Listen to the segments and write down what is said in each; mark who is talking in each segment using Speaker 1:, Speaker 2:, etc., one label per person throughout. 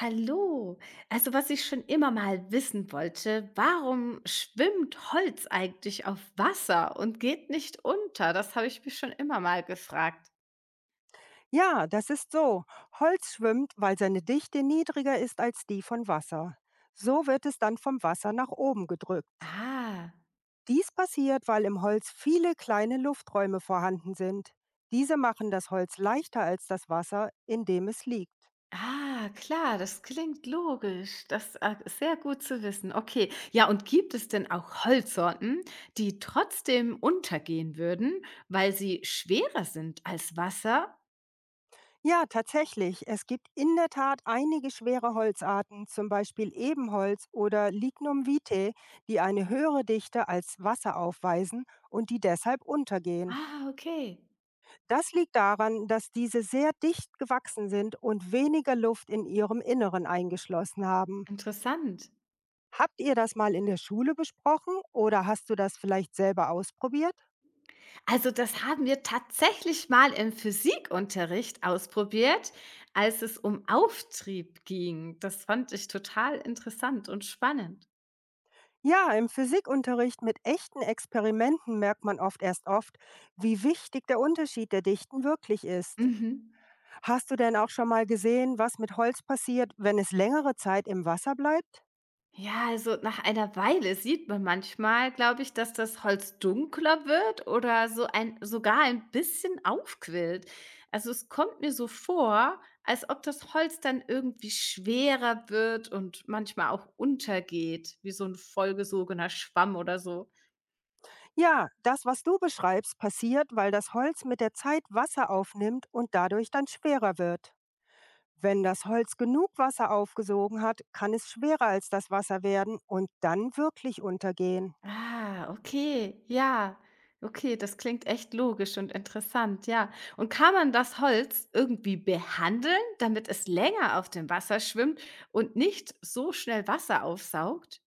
Speaker 1: Hallo. Also, was ich schon immer mal wissen wollte, warum schwimmt Holz eigentlich auf Wasser und geht nicht unter? Das habe ich mich schon immer mal gefragt.
Speaker 2: Ja, das ist so. Holz schwimmt, weil seine Dichte niedriger ist als die von Wasser. So wird es dann vom Wasser nach oben gedrückt.
Speaker 1: Ah,
Speaker 2: Dies passiert, weil im Holz viele kleine Lufträume vorhanden sind. Diese machen das Holz leichter als das Wasser, in dem es liegt.
Speaker 1: ah, klar, das klingt logisch. Das ist sehr gut zu wissen. Okay. Ja, und gibt es denn auch Holzsorten, die trotzdem untergehen würden, weil sie schwerer sind als Wasser?
Speaker 2: Ja, tatsächlich, es gibt in der Tat einige schwere Holzarten, zum Beispiel Ebenholz oder Lignum vitae, die eine höhere Dichte als Wasser aufweisen und die deshalb untergehen.
Speaker 1: Ah, okay.
Speaker 2: Das liegt daran, dass diese sehr dicht gewachsen sind und weniger Luft in ihrem Inneren eingeschlossen haben.
Speaker 1: Interessant.
Speaker 2: Habt ihr das mal in der Schule besprochen oder hast du das vielleicht selber ausprobiert?
Speaker 1: Also das haben wir tatsächlich mal im Physikunterricht ausprobiert, als es um Auftrieb ging. Das fand ich total interessant und spannend.
Speaker 2: Ja, im Physikunterricht mit echten Experimenten merkt man oft erst oft, wie wichtig der Unterschied der Dichten wirklich ist.
Speaker 1: Mhm.
Speaker 2: Hast du denn auch schon mal gesehen, was mit Holz passiert, wenn es längere Zeit im Wasser bleibt?
Speaker 1: Ja, also nach einer Weile sieht man manchmal, glaube ich, dass das Holz dunkler wird oder so ein, sogar ein bisschen aufquillt. Also es kommt mir so vor, als ob das Holz dann irgendwie schwerer wird und manchmal auch untergeht, wie so ein vollgesogener Schwamm oder so.
Speaker 2: Ja, das, was du beschreibst, passiert, weil das Holz mit der Zeit Wasser aufnimmt und dadurch dann schwerer wird. Wenn das Holz genug Wasser aufgesogen hat, kann es schwerer als das Wasser werden und dann wirklich untergehen.
Speaker 1: Ah, okay, ja. Okay, das klingt echt logisch und interessant, ja. Und kann man das Holz irgendwie behandeln, damit es länger auf dem Wasser schwimmt und nicht so schnell Wasser aufsaugt?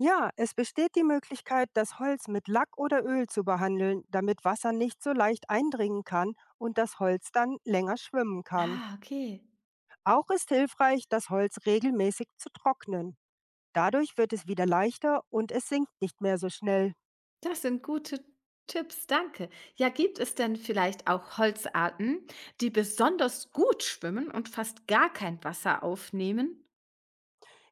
Speaker 2: Ja, es besteht die Möglichkeit, das Holz mit Lack oder Öl zu behandeln, damit Wasser nicht so leicht eindringen kann und das Holz dann länger schwimmen kann.
Speaker 1: Ah, okay.
Speaker 2: Auch ist hilfreich, das Holz regelmäßig zu trocknen. Dadurch wird es wieder leichter und es sinkt nicht mehr so schnell.
Speaker 1: Das sind gute Tipps, danke. Ja, gibt es denn vielleicht auch Holzarten, die besonders gut schwimmen und fast gar kein Wasser aufnehmen?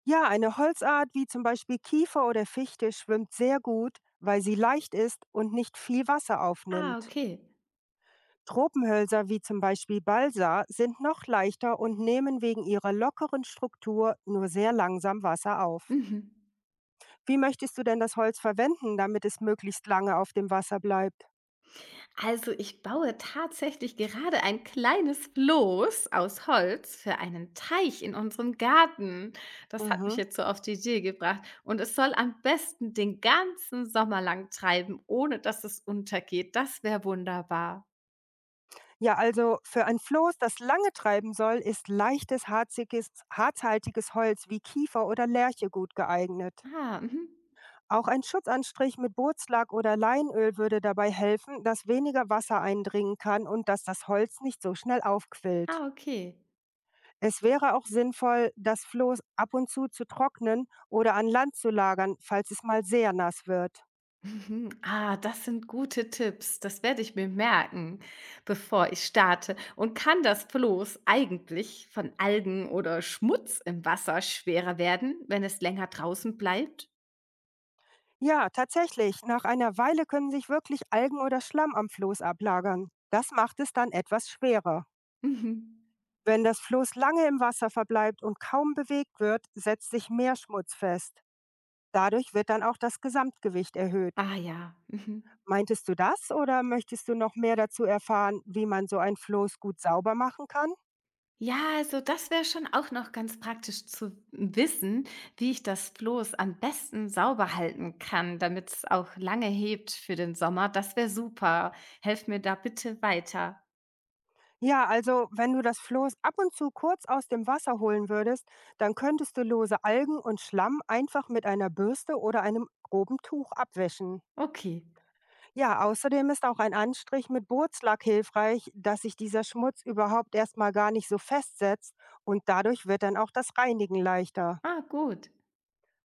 Speaker 2: Ja, eine Holzart wie zum Beispiel Kiefer oder Fichte schwimmt sehr gut, weil sie leicht ist und nicht viel Wasser
Speaker 1: Ah,
Speaker 2: aufnimmt.
Speaker 1: okay.
Speaker 2: Tropenhölzer wie zum Beispiel Balsa sind noch leichter und nehmen wegen ihrer lockeren Struktur nur sehr langsam Wasser auf.
Speaker 1: Mhm.
Speaker 2: Wie möchtest du denn das Holz verwenden, damit es möglichst lange auf dem Wasser bleibt?
Speaker 1: Also ich baue tatsächlich gerade ein kleines Floß aus Holz für einen Teich in unserem Garten. Das hat mich
Speaker 2: Mhm.
Speaker 1: jetzt so auf die Idee gebracht. Und es soll am besten den ganzen Sommer lang treiben, ohne dass es untergeht. Das wäre wunderbar.
Speaker 2: Ja, also für ein Floß, das lange treiben soll, ist leichtes, harziges, harzhaltiges Holz wie Kiefer oder Lärche gut geeignet.
Speaker 1: Ah, mhm.
Speaker 2: Auch ein Schutzanstrich mit Bootslack oder Leinöl würde dabei helfen, dass weniger Wasser eindringen kann und dass das Holz nicht so schnell aufquillt.
Speaker 1: Ah, okay.
Speaker 2: Es wäre auch sinnvoll, das Floß ab und zu trocknen oder an Land zu lagern, falls es mal sehr nass wird.
Speaker 1: Mhm. Ah, das sind gute Tipps. Das werde ich mir merken, bevor ich starte. Und kann das bloß eigentlich von Algen oder Schmutz im Wasser schwerer werden, wenn es länger draußen bleibt?
Speaker 2: Ja, tatsächlich, nach einer Weile können sich wirklich Algen oder Schlamm am Floß ablagern. Das macht es dann etwas schwerer.
Speaker 1: Mhm.
Speaker 2: Wenn das Floß lange im Wasser verbleibt und kaum bewegt wird, setzt sich mehr Schmutz fest. Dadurch wird dann auch das Gesamtgewicht erhöht.
Speaker 1: Ah ja. Mhm.
Speaker 2: Meintest du das oder möchtest du noch mehr dazu erfahren, wie man so ein Floß gut sauber machen kann?
Speaker 1: Ja, also das wäre schon auch noch ganz praktisch zu wissen, wie ich das Floß am besten sauber halten kann, damit es auch lange hebt für den Sommer. Das wäre super. Helf mir da bitte weiter.
Speaker 2: Ja, also wenn du das Floß ab und zu kurz aus dem Wasser holen würdest, dann könntest du lose Algen und Schlamm einfach mit einer Bürste oder einem groben Tuch abwischen.
Speaker 1: Okay.
Speaker 2: Ja, außerdem ist auch ein Anstrich mit Bootslack hilfreich, dass sich dieser Schmutz überhaupt erstmal gar nicht so festsetzt und dadurch wird dann auch das Reinigen leichter.
Speaker 1: Ah, gut.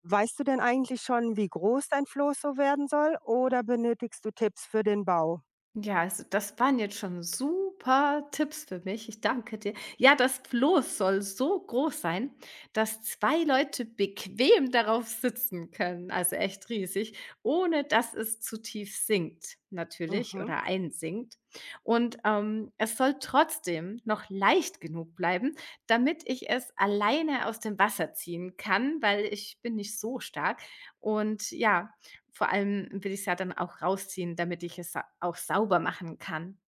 Speaker 2: Weißt du denn eigentlich schon, wie groß dein Floß so werden soll oder benötigst du Tipps für den Bau?
Speaker 1: Ja, also das waren jetzt schon super Tipps für mich. Ich danke dir. Ja, das Floß soll so groß sein, dass 2 Leute bequem darauf sitzen können, also echt riesig, ohne dass es zu tief sinkt natürlich
Speaker 2: Mhm.
Speaker 1: oder einsinkt. Und, es soll trotzdem noch leicht genug bleiben, damit ich es alleine aus dem Wasser ziehen kann, weil ich bin nicht so stark. Und ja, vor allem will ich's ja dann auch rausziehen, damit ich es sa auch sauber machen kann.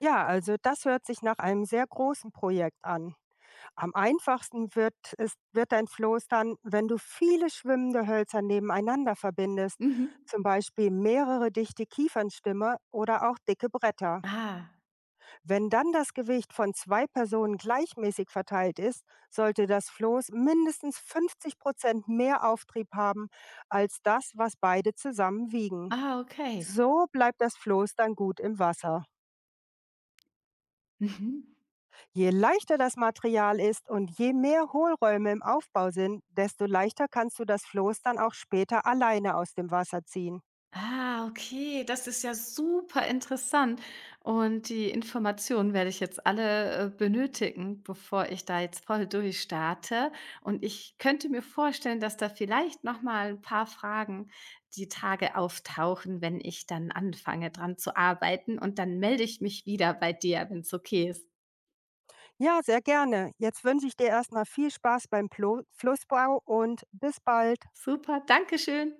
Speaker 2: Ja, also das hört sich nach einem sehr großen Projekt an. Am einfachsten wird dein Floß dann, wenn du viele schwimmende Hölzer nebeneinander verbindest,
Speaker 1: Mhm.
Speaker 2: zum Beispiel mehrere dichte Kiefernstämme oder auch dicke Bretter.
Speaker 1: Ah.
Speaker 2: Wenn dann das Gewicht von zwei Personen gleichmäßig verteilt ist, sollte das Floß mindestens 50% mehr Auftrieb haben als das, was beide zusammen wiegen.
Speaker 1: Ah, okay.
Speaker 2: So bleibt das Floß dann gut im Wasser.
Speaker 1: Mhm.
Speaker 2: Je leichter das Material ist und je mehr Hohlräume im Aufbau sind, desto leichter kannst du das Floß dann auch später alleine aus dem Wasser ziehen.
Speaker 1: Ah, okay, das ist ja super interessant und die Informationen werde ich jetzt alle, benötigen, bevor ich da jetzt voll durchstarte und ich könnte mir vorstellen, dass da vielleicht noch mal ein paar Fragen die Tage auftauchen, wenn ich dann anfange, dran zu arbeiten und dann melde ich mich wieder bei dir, wenn's okay ist.
Speaker 2: Ja, sehr gerne. Jetzt wünsche ich dir erstmal viel Spaß beim Plo Flussbau und bis bald.
Speaker 1: Super, danke schön.